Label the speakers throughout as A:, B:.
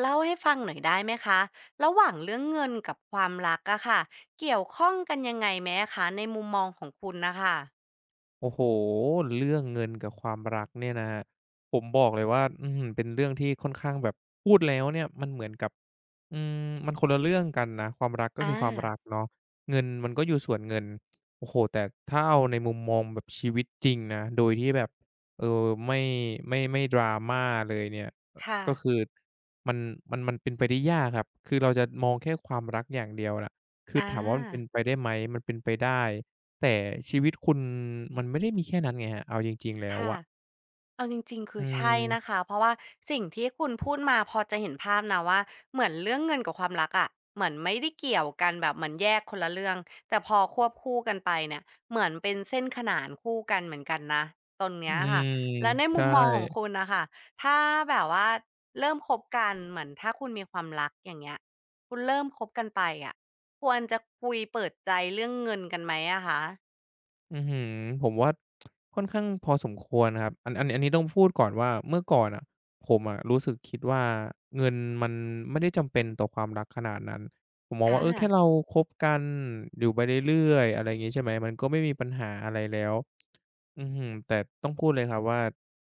A: เล่าให้ฟังหน่อยได้ไหมคะระหว่างเรื่องเงินกับความรักอะค่ะเกี่ยวข้องกันยังไงไหมอคะในมุมมองของคุณนะคะ
B: โอ้โฮเรื่องเงินกับความรักเนี่ยนะครับผมบอกเลยว่าอื้อฮือเป็นเรื่องที่ค่อนข้างแบบพูดแล้วเนี่ยมันเหมือนกับ อืมมันคนละเรื่องกันนะความรักก็
A: อ
B: คือความรัก
A: า
B: เนาะเงินมันก็อยู่ส่วนเงินโอ้โฮแต่ถ้าเอาในมุมมองแบบชีวิตจริงนะโดยที่แบบเอ่อไม่ไม่ดราม่าเลยเนี่ยอ
A: ค่ะ
B: ก็คือมันมันเป็นไปได้ยากครับคือเราจะมองแค่ความรักอย่างเดียวน่ะคือ
A: อา
B: ถามว่ามันเป็นไปได้ไหมมันเป็นไปได้แต่ชีวิตคุณมันไม่ได้มีแค่นั้นไงครับเอาจริงๆแล้ว
A: ค่ะ
B: อะ
A: เอาจริงๆคื
B: อื
A: อใช่นะ
B: ม
A: คะ เพราะว่าสิ่งที่คุณพูดมาพอจะเห็นภาพนะว่าเหมือนเรื่องเงินกับความรักอะเหมือนไม่ได้เกี่ยวกันแบบเหมือนแยกคนละเรื่องแต่พอควบคู่กันไปเนี่ยเหมือนเป็นเส้นขนานคู่กันเหมือนกันนะตรง
B: อื
A: เนี้ย
B: ม
A: ค่ะแล้วในมุ
B: ใช่
A: มมองของคุณน่ะค่ะถ้าแบบว่าเริ่มคบกันเหมือนถ้าคุณมีความรักอย่างเงี้ยคุณเริ่มคบกันไปอะควรจะคุยเปิดใจเรื่องเงินกันไหมอะคะ
B: อื้อฮือผมว่าค่อนข้างพอสมควรนะครับอันนี้ต้องพูดก่อนว่าเมื่อก่อนน่ะผมอะรู้สึกคิดว่าเงินมันไม่ได้จำเป็นต่อความรักขนาดนั้นผมมองว่า
A: อา
B: เออแค่เราคบกันอยู่ไปเรื่อยๆอะไรอย่างงี้ใช่ไหมมันก็ไม่มีปัญหาอะไรแล้ว อือหือแต่ต้องพูดเลยครับว่า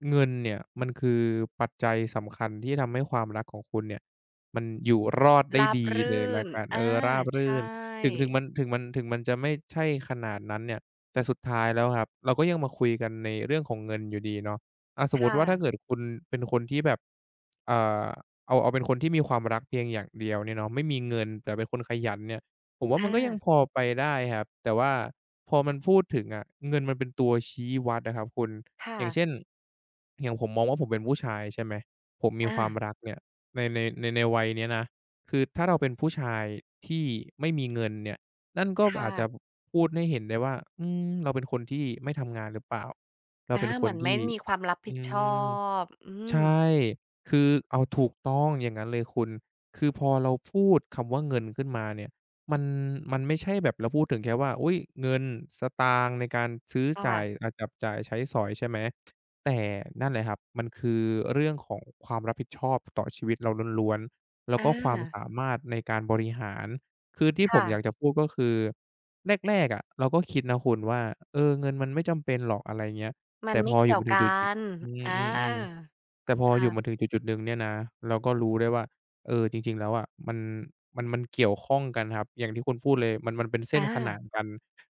B: เงินเนี่ยมันคือปัจจัยสำคัญที่ทำให้ความรักของคุณเนี่ยมันอยู่รอดได้
A: ราบ
B: ดีเลย
A: รื่
B: ล้
A: น
B: กันเอ
A: อา
B: อราบรื่น
A: ใช่
B: ถึงมันจะไม่ใช่ขนาดนั้นเนี่ยแต่สุดท้ายแล้วครับเราก็ยังมาคุยกันในเรื่องของเงินอยู่ดีเนาะอาสม
A: ค
B: มุติว่าถ้าเกิด
A: ่ะ
B: คุณเป็นคนที่แบบเอ่อเอาเป็นคนที่มีความรักเพียงอย่างเดียวเนี่ยเนาะไม่มีเงินแต่เป็นคนขยันเนี่ย ผมว่ามั
A: อา
B: นก็ยังพอไปได้ครับแต่ว่าพอมันพูดถึงอะเงินมันเป็นตัวชี้วัดอะครับคุณ
A: ค่ะ
B: อย่างเช่นอย่างผมมองว่าผมเป็นผู้ชายใช่ไหมผมมีค
A: อา
B: วามรักเนี่ยในวัยเนี้ยนะคือถ้าเราเป็นผู้ชายที่ไม่มีเงินเนี่ยนั่นก็อา
A: ค่ะ
B: จจะพูดให้เห็นได้ว่าอืมเราเป็นคนที่ไม่ทำงานหรือเปล่าเรา
A: อา
B: เป็นค
A: เห
B: น
A: มือนไม่
B: ที่
A: มีความรับ
B: อื
A: ผิดชอ
B: ม
A: บอืม
B: ใช่คือเอาถูกต้องอย่างงั้นเลยคุณคือพอเราพูดคำว่าเงินขึ้นมาเนี่ยมันมันไม่ใช่แบบเราพูดถึงแค่ว่าอุ๊ยเงินสตางค์ในการซื้อจ่าย
A: ค่ะ
B: อ่าจับจ่ายใช้สอยใช่ไหม แต่นั่นแหละครับมันคือเรื่องของความรับผิดชอบต่อชีวิตเราล้วนๆแล้ว
A: อ
B: ก็ความ
A: า
B: สามารถในการบริหารคือที่ผม
A: ค่ะ
B: อยากจะพูดก็คือแรกๆอะเราก็คิดนะคุณว่าเออเงินมันไม่จำเป็นหรอกอะไรเงี้ย
A: มัน
B: แต่พ
A: ไม่
B: ออยู่
A: เกี่ยว
B: มาถึง
A: กั
B: จุด
A: น
B: ๆอื
A: อา
B: มๆๆ แต่พออยู่มาถึ
A: ค่ะ
B: งจุดๆหนึ่งเนี่ยนะเราก็รู้ได้ว่าเออจริงๆแล้วอะมันเกี่ยวข้องกันครับอย่างที่คุณพูดเลยมันเป็นเส้
A: อา
B: นขนานกัน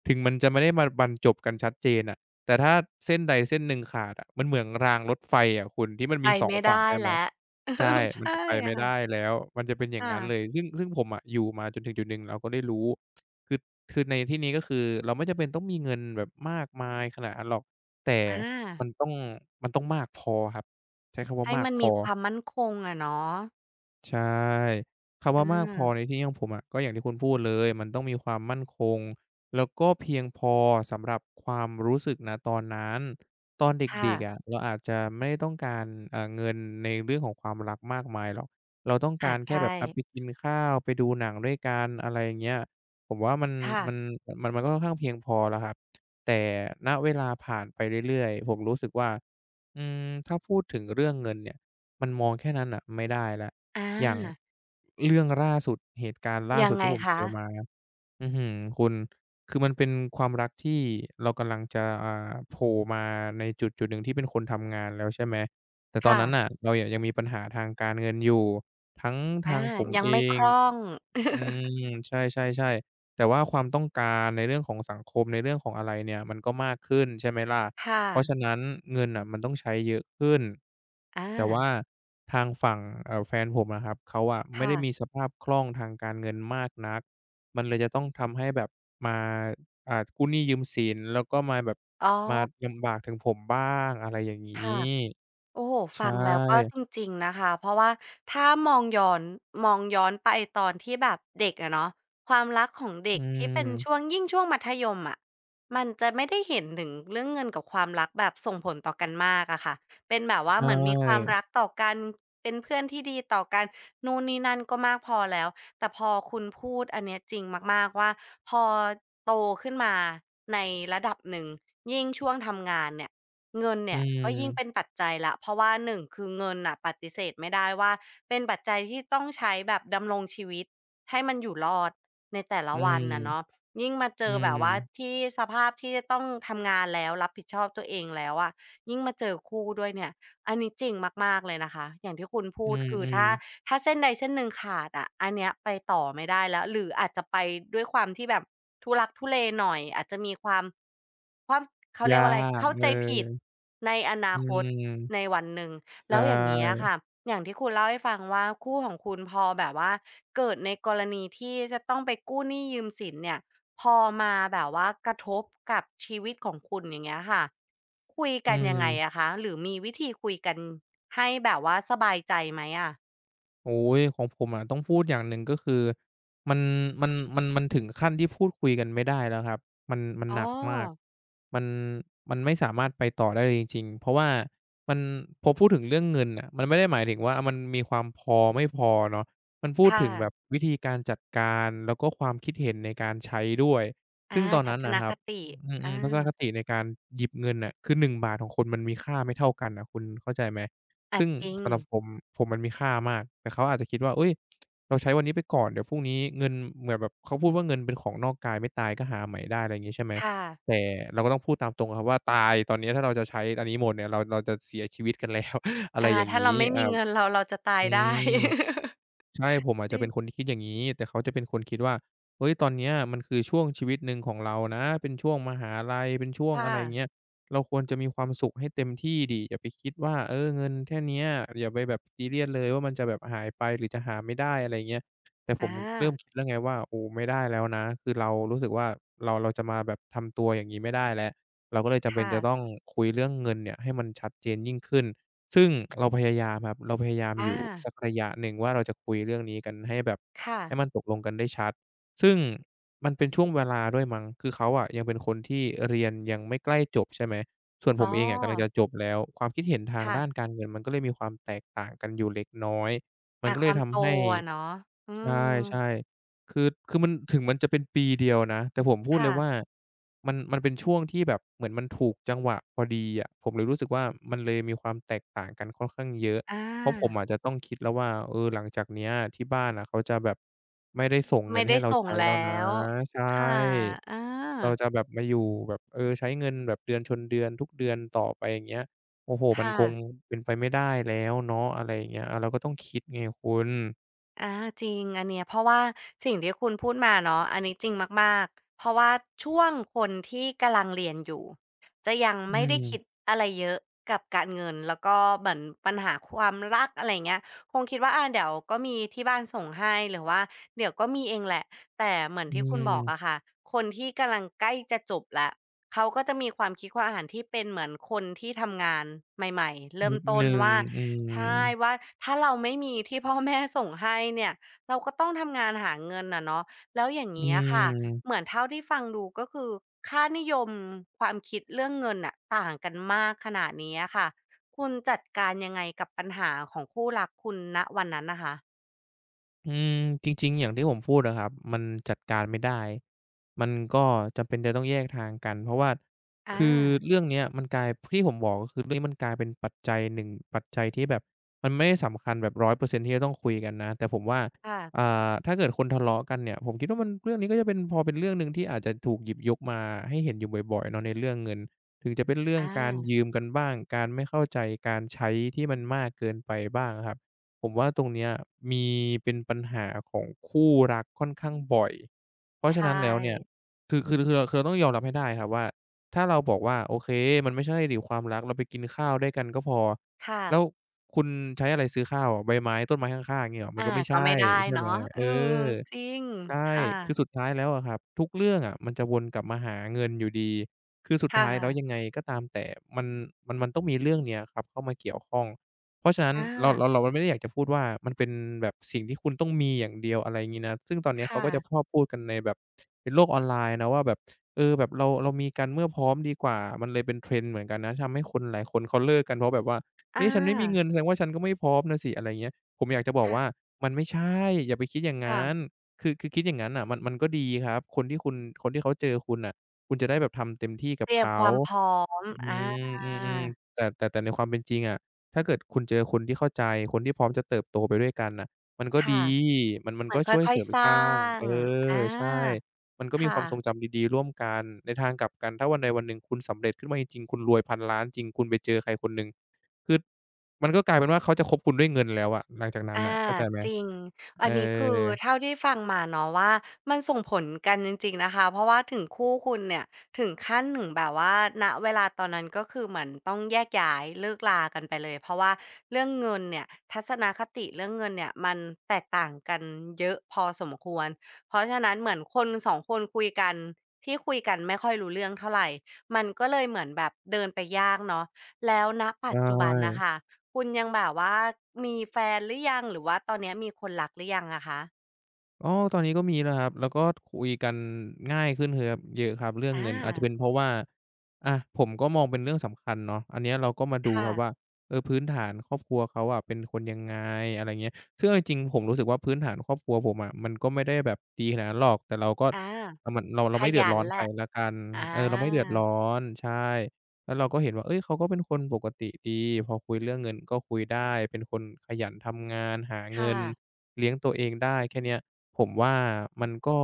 B: ถึงมันจะไม่ได้มาบรรจบกันชัดเจนอ่ะแต่ถ้าเส้นใดเส้นหนึ่งขาดอะมันเหมือนรางรถไฟอะคุณที่มัน
A: ไป
B: มี2
A: ไม่ได้
B: ฝั่งใช่ไหม
A: แล้วเออ
B: ใช่ มัน
A: ใช่
B: จะไปไม่ได้
A: ค่ะ
B: แล้ว มันจะเป็นอย่างงั้นเลย
A: ค่ะ
B: ซึ่งผมอะอยู่มาจนถึงจุดหนึ่งเราก็ได้รู้คือคือในที่นี้ก็คือเราไม่จำเป็นต้องมีเงินแบบมากมายขนาดนั้นหรอกแต่
A: อา
B: มันต้องมันต้องมากพอครับใช้คำว่า
A: ให้
B: มาก
A: มัน
B: พ
A: มี
B: อ
A: ความมั่นคงอะเนาะ
B: ใช่คำว่า
A: อา
B: มากพอในที่นี้ของผมอะก็อย่างที่คุณพูดเลยมันต้องมีความมั่นคงแล้วก็เพียงพอสำหรับความรู้สึกณตอนนั้นตอนเ
A: ค่ะ
B: ด็กๆอะเราอาจจะไม่ได้ต้องการเงินในเรื่องของความรักมากมายหรอกเราต้อง
A: อา
B: การแค่แบ
A: ใช่
B: บอะไปกินข้าวไปดูหนังด้วยกันอะไรอย่างเงี้ยผมว่า
A: ค่ะ
B: มันมันก็ค่อนข้างเพียงพอแล้วครับแต่ณเวลาผ่านไปเรื่อยๆผมรู้สึกว่าอืมถ้าพูดถึงเรื่องเงินเนี่ยมันมองแค่นั้นน่ะไม่ได้แล้ว
A: อ
B: อย่าง
A: า
B: เรื่องล่าสุดเหตุการณ์ล่า
A: ยั
B: สุ
A: ง
B: ด
A: ไง
B: ที่ผมเจ
A: คะ
B: อมา อื้อฮือคุณคือมันเป็นความรักที่เรากำลังจะอ่าโผล่มาในจุดจุดหนึ่งที่เป็นคนทำงานแล้วใช่ไหมแต่ตอน
A: ค่ะ
B: นั้นน่ะเราอะยังมีปัญหาทางการเงินอยู่ทั้ง
A: อา
B: ทางผม
A: ยัง
B: เอ
A: ไม่ค
B: ง
A: ล่อง
B: อืมใช่ๆๆแต่ว่าความต้องการในเรื่องของสังคมในเรื่องของอะไรเนี่ยมันก็มากขึ้นใช่ไหมล่ะ
A: ค่ะ
B: เพราะฉะนั้นเงินน่ะมันต้องใช้เยอะขึ้น
A: อา
B: แต่ว่าทางฝั่งแฟนผมอะครับเขาอะไม่
A: ค่ะ
B: ได้มีสภาพคล่องทางการเงินมากนัก มันเลยจะต้องทำให้แบบมากู้หนี้ยืมสินแล้วก็มาแบบ
A: อ๋อ
B: มาลำบากถึงผมบ้างอะไรอย่างงี
A: ค่ะ
B: ้
A: โอ้โฮ
B: ใช
A: ฟังแล้วก็
B: ่
A: จริงๆนะคะเพราะว่าถ้ามองย้อนไปตอนที่แบบเด็กอะเนาะความรักของเด็
B: อื
A: กที่เป็นช่วง
B: ม
A: ยิ่งช่วงมัธยมอะมันจะไม่ได้เห็นถึงเรื่องเงินกับความรักแบบส่งผลต่อกันมากอะค่ะเป็นแบบ
B: ใช
A: ว่าเหมือนมีความ
B: ่
A: รักต่อกันเป็นเพื่อนที่ดีต่อกันนู่นนี่นั่นก็มากพอแล้วแต่พอคุณพูดอันเนี้ยจริงมากๆว่าพอโตขึ้นมาในระดับหนึ่งยิ่งช่วงทำงานเนี่ย เงิน
B: อื
A: เนี่ยก็ยิ่งเป็น
B: ม
A: ปัจจัยแล้วเพราะว่าหนึ่งคือเงินน่ะปฏิเสธไม่ได้ว่าเป็นปัจจัยที่ต้องใช้แบบดำรงชีวิตให้มันอยู่รอดในแต่ละ
B: อื
A: วั
B: ม
A: นน่ะเนาะยิ่งมาเจ
B: อื
A: อแบ
B: ม
A: บว่าที่สภาพที่จะต้องทำงานแล้วรับผิดชอบตัวเองแล้วอะยิ่งมาเจอคู่ด้วยเนี่ย อันนี้จริงมากๆเลยนะคะอย่างที่คุณ
B: อื
A: พูดคือถ้า
B: ม
A: ถ้าเส้นใดเส้นหนึ่งขาดอะอันเนี้ยไปต่อไม่ได้แล้วหรืออาจจะไปด้วยความที่แบบทุลักทุเลหน่อยอาจจะมีความความเขา
B: ๆ
A: เรี
B: ยา
A: ยกว่าอะไร
B: ก
A: เข้า
B: เอ
A: ใจผิด
B: อ
A: ในอนา
B: อื
A: คตใน
B: ม
A: วันหนึ่ง
B: ใช
A: แล้วอย่างเงี้ย
B: ่
A: ค่ะอย่างที่คุณเล่าให้ฟังว่าคู่ของคุณพอแบบว่าเกิดในกรณีที่จะต้องไปกู้หนี้ยืมสินเนี่ยพอมาแบบว่ากระทบกับชีวิตของคุณอย่างเงี้ยค่ะ คุย
B: อื
A: กันยังไง
B: ม
A: อะคะหรือมีวิธีคุยกันให้แบบว่าสบายใจไหมอะ
B: โอ้ยของผมอะต้องพูดอย่างหนึ่งก็คือมันมันถึงขั้นที่พูดคุยกันไม่ได้แล้วครับมัน
A: อ๋อ
B: หนักมากมันมันไม่สามารถไปต่อได้เลยจริงๆเพราะว่ามันพอพูดถึงเรื่องเงินน่ะมันไม่ได้หมายถึงว่ามันมีความพอไม่พอเนาะมันพูด
A: ค่ะ
B: ถึงแบบวิธีการจัดการแล้วก็ความคิดเห็นในการใช้ด้วยซึ่
A: อา
B: งตอน
A: ทั
B: นั้น
A: ศ
B: น่ะ
A: น
B: ครั
A: ค
B: บ
A: ติ
B: อื
A: อา
B: มๆทัศนคติในการหยิบเงินน่ะคือหนึ่งบาทของคนมันมีค่าไม่เท่ากันน่ะคุณเข้าใจไหม
A: อา
B: ซึ่ง
A: จริง
B: สำหรับผมผมมันมีค่ามากแต่เขาอาจจะคิดว่าเฮ้ยเราใช้วันนี้ไปก่อนเดี๋ยวพรุ่งนี้เงินเหมือนแบบเขาพูดว่าเงินเป็นของนอกกายไม่ตายก็หาใหม่ได้อะไรอย่างงี้ใช่ไหม
A: ค่ะ
B: แต่เราก็ต้องพูดตามตรงอะครับว่าตายตอนนี้ถ้าเราจะใช้อันนี้หมดเนี่ยเราจะเสียชีวิตกันแล้ว อะไร
A: อา
B: อย่าง
A: ถ้า
B: งี้
A: เราไม่
B: อา
A: มีเงินเราเราจะตา
B: อื
A: ยได้
B: ม ใช่ผมอา จ
A: จ
B: จะ
A: ริง
B: เป็นคนที่คิดอย่างงี้แต่เขาจะเป็นคนคิดว่าเฮ้ยตอนเนี้ยมันคือช่วงชีวิตหนึ่งของเรานะเป็นช่วงมหาลัยเป็นช่วงอะ
A: ค่ะ
B: ไรเงี้ยเราควรจะมีความสุขให้เต็มที่ดิอย่าไปคิดว่าเออเงินแค่เนี้ยอย่าไปแบบซีเรียสเลยว่ามันจะแบบหายไปหรือจะหาไม่ได้อะไรเงี้ยแต่ผ
A: อา
B: มเริ่มคิดแล้วไงว่าโอ้ไม่ได้แล้วนะคือเรารู้สึกว่าเราจะมาแบบทำตัวอย่างงี้ไม่ได้แล้วเราก็เลยจำเป็น
A: ค่ะ
B: จะต้องคุยเรื่องเงินเนี่ยให้มันชัดเจนยิ่งขึ้น ซึ่งเราพยายามครับเราพยายามอ
A: อา
B: ยู่สักระยะหนึ่งว่าเราจะคุยเรื่องนี้กันให้แบบ
A: ค่ะ
B: ให้มันตกลงกันได้ชัดซึ่งมันเป็นช่วงเวลาด้วยมั้งคือเขาอะยังเป็นคนที่เรียนยังไม่ใกล้จบใช่ไหมส่วนผ
A: อ๋อ
B: มเองอะกำลังจะจบแล้วความคิดเห็นทาง
A: ค่ะ
B: ด้านการเงินมันก็เลยมีความแตกต่างกันอยู่เล็กน้อยมัน
A: อา
B: ก็
A: ค
B: เลย
A: วามโต
B: ทำให้
A: อะเนาะอื
B: ใ
A: ม
B: ช่ๆ คือมันถึงมันจะเป็นปีเดียวนะแต่ผมพูดเล
A: ค่ะ
B: ยว่ามันเป็นช่วงที่แบบเหมือนมันถูกจังหวะพอดีอะผมเลยรู้สึกว่ามันเลยมีความแตกต่างกันค่อนข้างเยอะ
A: อา
B: เพราะผมอาจจะต้องคิดแล้วว่าเออหลังจากเนี้ยที่บ้านอะเขาจะแบบไม่ได้ส่งเงิ
A: ไม่
B: นให้
A: ได้
B: เรา
A: ส่ง
B: ใช้แล้ว
A: แล้
B: นะ
A: ว
B: ใช
A: ค่ะ
B: ่
A: อา
B: เราจะแบบมาอยู่แบบเออใช้เงินแบบเดือนชนเดือนทุกเดือนต่อไปอย่างเงี้ยโอ้โฮมัน
A: ค่ะ
B: คงเป็นไปไม่ได้แล้วเนาะอะไรอย่างเงี้ยอาเราก็ต้องคิดไงคุณ
A: อาจริงอันเนี้ยเพราะว่าสิ่งที่คุณพูดมาเนาะอันนี้จริงมากๆเพราะว่าช่วงคนที่กำลังเรียนอยู่จะยัง
B: อื
A: ไม่ได้
B: ม
A: คิดอะไรเยอะกับการเงินแล้วก็เหมือนปัญหาความรักอะไรเงี้ยคงคิดว่าอาเดี๋ยวก็มีที่บ้านส่งให้หรือว่าเดี๋ยวก็มีเองแหละแต่เหมือน
B: อื
A: ที่คุณบ
B: ม
A: อกอะค่ะคนที่กำลังใกล้จะจบละเขาก็จะมีความคิดความอ่านที่เป็นเหมือนคนที่ทำงานใหม่ๆเริ่
B: นิ
A: ม
B: ด
A: ต้
B: ห
A: น
B: นึ่ง
A: ว่า
B: อืม
A: ใช่ว่าถ้าเราไม่มีที่ พ่อแม่ส่งให้เนี่ยเราก็ต้องทำงานหาเงินน่ะเนาะแล้วอย่าง
B: อื
A: เงี้ยค่ะเห
B: ม
A: มือนเท่าที่ฟังดูก็คือค่านิยมความคิดเรื่องเงินน่ะต่างกันมากขนาดนี้อะค่ะคุณจัดการยังไงกับปัญหาของคู่รักคุณณวันนั้นน่ะคะ
B: อืมจริงๆอย่างที่ผมพูดอะครับมันจัดการไม่ได้มันก็จำเป็นจะต้องแยกทางกันเพราะว่า
A: อ
B: คือ
A: า
B: เรื่องเนี้ยมันกลายที่ผมบอกก็คือเรื่องนี้มันกลายเป็นปัจจัยหนึ่งปัจจัยที่แบบมันไม่ได้สำคัญแบบ100%ที่จะต้องคุยกันนะแต่ผมว่า
A: ค่ะ
B: อ่าถ้าเกิดคนทะเลาะกันเนี่ยผมคิดว่ามันเรื่องนี้ก็จะเป็นพอเป็นเรื่องหนึ่งที่อาจจะถูกหยิบยกมาให้เห็นอยู่บ่อยๆเนาะในเรื่องเงินถึงจะเป็นเรื่อ
A: อ
B: งการ
A: า
B: ยืมกันบ้างการไม่เข้าใจการใช้ที่มันมากเกินไปบ้างอะครับ ผมว่าตรงเนี้ยมีเป็นปัญหาของคู่รักค่อนข้างบ่อยเพราะฉะ
A: ใช่
B: นั้นแล้วเนี่ยคือคือคือเราคือเราต้องยอมรับให้ได้ครับว่าถ้าเราบอกว่าโอเคมันไม่ใช่ดิความรักเราไปกินข้าวด้วยกันก็พอ
A: ค่ะ
B: แล้วคุณใช้อะไรซื้อข้าวอะใบไม้ต้นไม้ข้างๆอย่างงี้เหรอมัน
A: อา
B: ก็ไม่
A: ก็
B: ใช่
A: ไม่ได้
B: ใช่ไห
A: เนาะ
B: ม
A: เอ
B: เอ
A: อ
B: อ
A: จริง
B: ใช่
A: ค่ะ
B: คือสุดท้ายแล้วอะครับทุกเรื่องอะมันจะวนกลับมาหาเงินอยู่ดีคือสุด
A: ค่ะ
B: ท้ายแล้วยังไงก็ตามแต่มันมันต้องมีเรื่องเนี้ยครับเข้ามาเกี่ยวข้อง เพราะฉะนั้น
A: อา
B: เราไม่ได้อยากจะพูดว่ามันเป็นแบบสิ่งที่คุณต้องมีอย่างเดียวอะไรงี้นะซึ่งตอนเนี้ยเขา
A: ค่ะ
B: ก็จะชอบพูดกันในแบบในโลกออนไลน์นะว่าแบบเออแบบเรามีกันเมื่อพร้อมดีกว่ามันเลยเป็น trend เหมือนกันนะทำให้คนหลายคนเขาเลิกกันเพราะแบบว่า
A: อา
B: เอ๊ะฉันไม่มีเงิ
A: ช
B: นแสดงว่าฉันก็ไม่พร้อมน่ะสิอะไรเงี้ยผมอยากจะบอกว่า
A: ค
B: มันไม่ใช่อย่าไปคิดอย่าง
A: ่ะ
B: งั้นคือคิดอย่างงั้นน่ะมันก็ดีครับคนที่คุณคนที่เขาเจอคุณน่ะคุณจะได้แบบทำเต็มที่กั
A: เต
B: บ
A: รียม
B: เขา
A: ความพร้อม
B: อื
A: อา
B: มอืมๆแต่ในความเป็นจริงอะถ้าเกิดคุณเจอคนที่เข้าใจคนที่พร้อมจะเติบโตไปด้วยกันน่ะมันก็
A: ค่ะ
B: ดีมัน
A: เหมือ
B: ก็
A: นค่
B: ช่วยเส
A: อย
B: ริม
A: ๆส
B: ส
A: ร้า
B: ร้าง
A: งอา
B: ใช่มันก็มีค
A: ค่ะ
B: วามทรงจำดีๆร่วมกันในทางกลับกันถ้าวันใดวันหนึ่งคุณสำเร็จขึ้นมาจริงๆคุณรวยพันล้านจริงคุณไปเจอใครคนหนึ่งคือมันก็กลายเป็นว่าเขาจะคบคุณด้วยเงินแล้วอะหลังจากนั้น
A: อา
B: น่ะเข้าใจไหม
A: จริงอั
B: เออ
A: นนี้คือเท่าที่ฟังมาเนาะว่ามันส่งผลกันจริงๆนะคะเพราะว่าถึงคู่คุณเนี่ยถึงขั้นถึงแบบว่าณเวลาตอนนั้นก็คือเหมือนต้องแยกย้ายเลิกรากันไปเลยเพราะว่าเรื่องเงินเนี่ยทัศนคติเรื่องเงินเนี่ยมันแตกต่างกันเยอะพอสมควรเพราะฉะนั้นเหมือนคนสองคนคุยกันที่คุยกันไม่ค่อยรู้เรื่องเท่าไรมันก็เลยเหมือนแบบเดินไปยากเนาะแล้วณปั
B: ใช่
A: จจุบันน่ะค่ะ คุณยังแบบว่ามีแฟนหรือยังหรือว่าตอนเนี้ยมีคนรักหรือยังอะคะ
B: อ๋อตอนนี้ก็มีแล้วครับ แล้วก็คุยกันง่ายขึ้นเลยครับเยอะครับเรื่อง
A: อา
B: เงินอาจจะเป็นเพราะว่าอะผมก็มองเป็นเรื่องสำคัญเนาะอันเนี้ยเราก็มาดูค
A: ค่ะ
B: รับว่าเออพื้นฐานครอบครัวเขาอะเป็นคนยังไงอะไรเงี้ยซึ่งเอาจริงๆผมรู้สึกว่าพื้นฐานครอบครัวผมอะมันก็ไม่ได้แบบดีขนาดนั้นหรอกแต่เราก็
A: อา
B: อะมันเรา
A: ข
B: เราไม่เดือด
A: ยัน
B: ร้อน
A: แห
B: ใคร
A: ละ
B: แล้วกัน
A: อ
B: เออเราไม่เดือด
A: า
B: ร้อนใช่แล้วเราก็เห็นว่าเฮ้ยเขาก็เป็นคนปกติดีพอคุยเรื่องเงินก็คุยได้เป็นคนขยันทำงานหาเงิ
A: ค่ะ
B: นเลี้ยงตัวเองได้แค่เนี้ย ผมว่ามันก็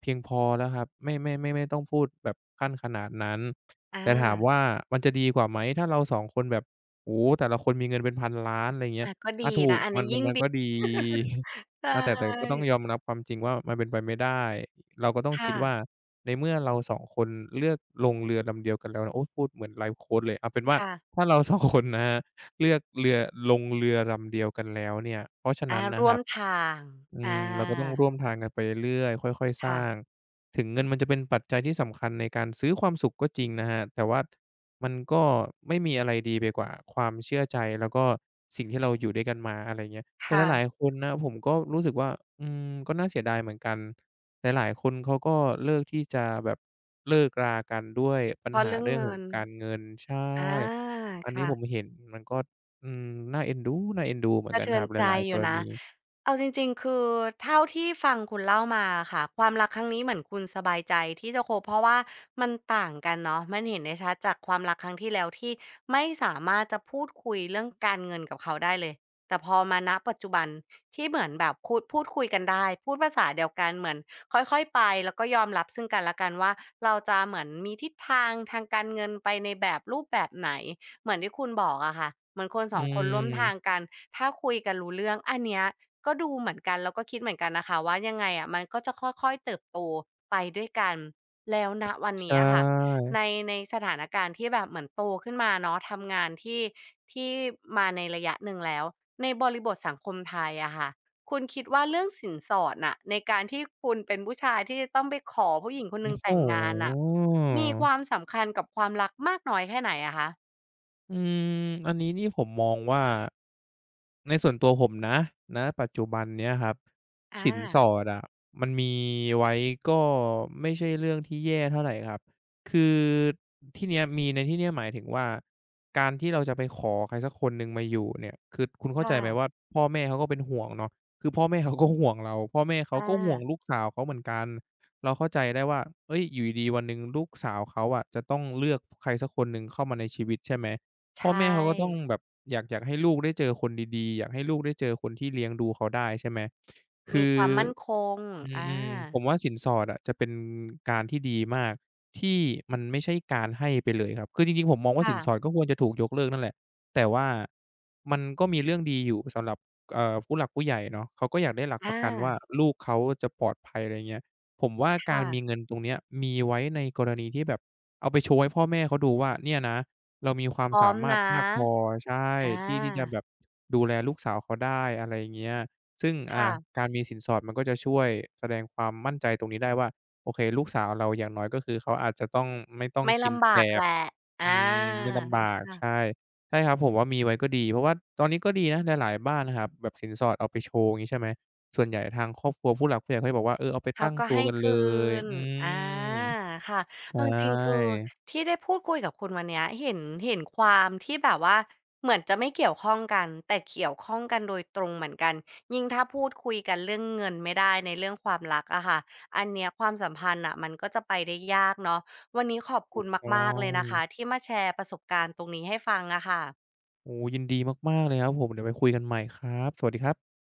B: เพียงพอแล้วครับไม่ต้องพูดแบบขั้นขนาดนั้น
A: อา
B: แต่ถามว่ามันจะดีกว่าไหมถ้าเราสองคนแบบโอ้โฮแต่ละคนมีเงินเป็น1,000,000,000อะไรอย่างเงี้ย
A: อาก็
B: อา
A: ดี
B: ถูก
A: นะอัน
B: มัน
A: นี้น
B: มัน
A: ยิ่ง
B: มัน
A: ดี
B: ก็ดี
A: ใช
B: อาแต่ก็ต้อง
A: ่
B: ยอมรับความจริงว่ามันเป็นไปไม่ได้เราก็ต้องคิ
A: ค่ะ
B: ดว่าในเมื่อเราสองคนเลือกลงเรือลำเดียวกันแล้วนะโอ้พูดเหมือนไลฟ์โคชเลยเอาเป็นว่า
A: ค่ะ
B: ถ้าเราสองคนนะครับเลือกเรือลงเรือลำเดียวกันแล้วเนี่ยเพราะฉะ
A: อา
B: นั้นนะค
A: ร่ว
B: รั
A: ม
B: บ
A: ทาง
B: อื
A: อ
B: มเราก็ต้อง
A: า
B: ร่วมทางกันไปเรื่อยๆค่อยๆส
A: ค่ะ
B: ร้างถึงเงินมันจะเป็นปัจจัยที่สำคัญในการซื้อความสุขก็จริงนะครับแต่ว่ามันก็ไม่มีอะไรดีไปกว่าความเชื่อใจแล้วก็สิ่งที่เราอยู่ด้วยกันมาอะไรอย่างเงี้ยแต่
A: ค่ะ
B: หลายๆคนนะผมก็รู้สึกว่าอืมก็น่าเสียดายเหมือนกันหลายๆคนเขาก็เลือกที่จะแบบเลิกรากันด้วยปั
A: เพ
B: ญ
A: ราะ
B: หา
A: เรื่อง
B: เรื่องข
A: เงิ
B: อง
A: น
B: การเงินใช่
A: อา
B: อันนี้
A: ค่ะ
B: ผมเห็นมันก็อืมน่าเอ็นดูน่าเอ็นดูเหมือน
A: สะ
B: กัน
A: เทื
B: ค
A: อน
B: รับห
A: ใจ
B: ลายๆ
A: อ
B: ก
A: ยู่
B: ร
A: นะ
B: ณี
A: เอาจริงๆ คือเท่าที่ฟังคุณเล่ามาอะค่ะความรักครั้งนี้เหมือนคุณสบายใจที่จะคบเพราะว่ามันต่างกันเนาะมันเห็นได้ชัดจากความรักครั้งที่แล้วที่ไม่สามารถจะพูดคุยเรื่องการเงินกับเขาได้เลยแต่พอมาณปัจจุบันที่เหมือนแบบคูดพูดคุยกันได้พูดภาษาเดียวกันเหมือนค่อยๆไปแล้วก็ยอมรับซึ่งกันและกันว่าเราจะเหมือนมีทิศทางทางการเงินไปในแบบรูปแบบไหน เหมือนที่คุณบอกอะค่ะเหมือนคนส
B: อื
A: องคนร่วมทาง
B: ม
A: กันถ้าคุยกันรู้เรื่องอันเนี้ยก็ดูเหมือนกันแล้วก็คิดเหมือนกันนะคะว่ายังไงอะมันก็จะค่อยๆเติบโตไปด้วยกันแล้วณวัน
B: ใช่
A: นี้อะค่ะในในสถานการณ์ที่แบบเหมือนโตขึ้นมาเนาะทำงานที่ที่มาในระยะหนึ่งแล้วในบริบทสังคมไทยอะค่ะคุณคิดว่าเรื่องสินสอดน่ะในการที่คุณเป็นผู้ชายที่จะต้องไปขอผู้หญิงคนหนึ่งแต่
B: โอ้
A: งงานน่ะ
B: โ
A: มีค
B: ฮ
A: วามสำคัญกับความรักมากน้อยแค่ไหนอะคะ
B: อืมอันนี้นี่ผมมองว่าในส่วนตัวผมนะณปัจจุบันเนี้ยครับ
A: อา
B: สินสอดอะมันมีไว้ก็ไม่ใช่เรื่องที่แย่เท่าไรครับคือที่เนี้ยมีในที่เนี้ยหมายถึงว่าการที่เราจะไปขอใครสักคนหนึ่งมาอยู่เนี่ยคือคุณเข้าใจไหม
A: ค่ะ
B: ว่าพ่อแม่เขาก็เป็นห่วงเนาะคือพ่อแม่เขาก็ห่วงเราพ่อแม่
A: อ
B: เขาก็ห่วงลู
A: า
B: กสาวเขาเหมือนกันเราเข้าใจได้ว่าเฮ้ยอยู่ดีๆวันหนึ่งลูกสาวเขาอะจะต้องเลือกใครสักคนหนึ่งเข้ามาในชีวิตใช่ไหม
A: ใช
B: พ่อแม่เขาก็ต้อง
A: ่
B: แบบอยากให้ลูกได้เจอคนดีๆอยากให้ลูกได้เจอคนที่เลี้ยงดูเขาได้ใช่ไหม
A: มี
B: คือ
A: ความมั่นคง
B: อื
A: อา
B: มๆผมว่าสินสอดอะจะเป็นการที่ดีมากที่มันไม่ใช่การให้ไปเลยครับคือจริงๆผมมองว่าสิ
A: ค่ะ
B: นสอดก็ควรจะถูกยกเลิกนั่นแหละแต่ว่ามันก็มีเรื่องดีอยู่สำหรับผู้หลักผู้ใหญ่เนาะเขาก็อยากได้หลักป
A: อา
B: ระกันว่าลูกเขาจะปลอดภัยอะไรเงี้ยผมว่าการ
A: ค่ะ
B: มีเงินตรงเนี้ยมีไว้ในกรณีที่แบบเอาไปโชว์ให้พ่อแม่เขาดูว่าเนี่ยนะ เรามีความ
A: พร้อ
B: สา
A: ม
B: มารถ
A: นะ
B: มากพอใช่
A: อ
B: ที่ที่จะ
A: า
B: แบบดูแลลูกสาวเขาได้อะไรอย่างเงี้ยซึ่ง
A: ค่ะ
B: การมีสินสอดมันก็จะช่วยแสดงความมั่นใจตรงนี้ได้ว่าโอเคลูกสาวเราอย่างน้อยก็คือเขาอาจจะต้องไม่ต้อง
A: ไม่
B: กิน
A: ลำ
B: แก
A: บา
B: ล
A: ก
B: บ
A: แหละ
B: อื
A: อา
B: มไม่ลำบาก
A: ค่ะ
B: ใช่ใช่ครับผมว่ามีไว้ก็ดีเพราะว่าตอนนี้ก็ดีนะหลายๆบ้านนะครับแบบสินสอดเอาไปโชว์งี้ใช่ไหมส่วนใหญ่ทางครอบครัวผู้หลักผู้ใหญ่เขาจะบอกว่าเออเอาไป
A: เขา
B: ตั้ง
A: ก็
B: ตัว
A: ให้
B: กันเล
A: คื
B: ย
A: น
B: อื
A: อา
B: ม
A: ค่ะ
B: ใช
A: เอาจริงๆคื
B: ่
A: อที่ได้พูดคุยกับคุณวันเนี้ยเห็นเห็นความที่แบบว่าเหมือนจะไม่เกี่ยวข้องกันแต่เกี่ยวข้องกันโดยตรงเหมือนกันยิ่งถ้าพูดคุยกันเรื่องเงินไม่ได้ในเรื่องความรักอะค่ะอันเนี้ยความสัมพันธ์น่ะมันก็จะไปได้ยากเนาะวันนี้ขอบคุ
B: ถู
A: ณ
B: กต้อ
A: มากๆเล
B: ง
A: ยนะคะที่มาแชร์ประสบการณ์ตรงนี้ให้ฟังอะค่ะ
B: โอ้ยินดีมากๆเลยครับผมเดี๋ยวไว้คุยกันใหม่ครับสวัสดีครับ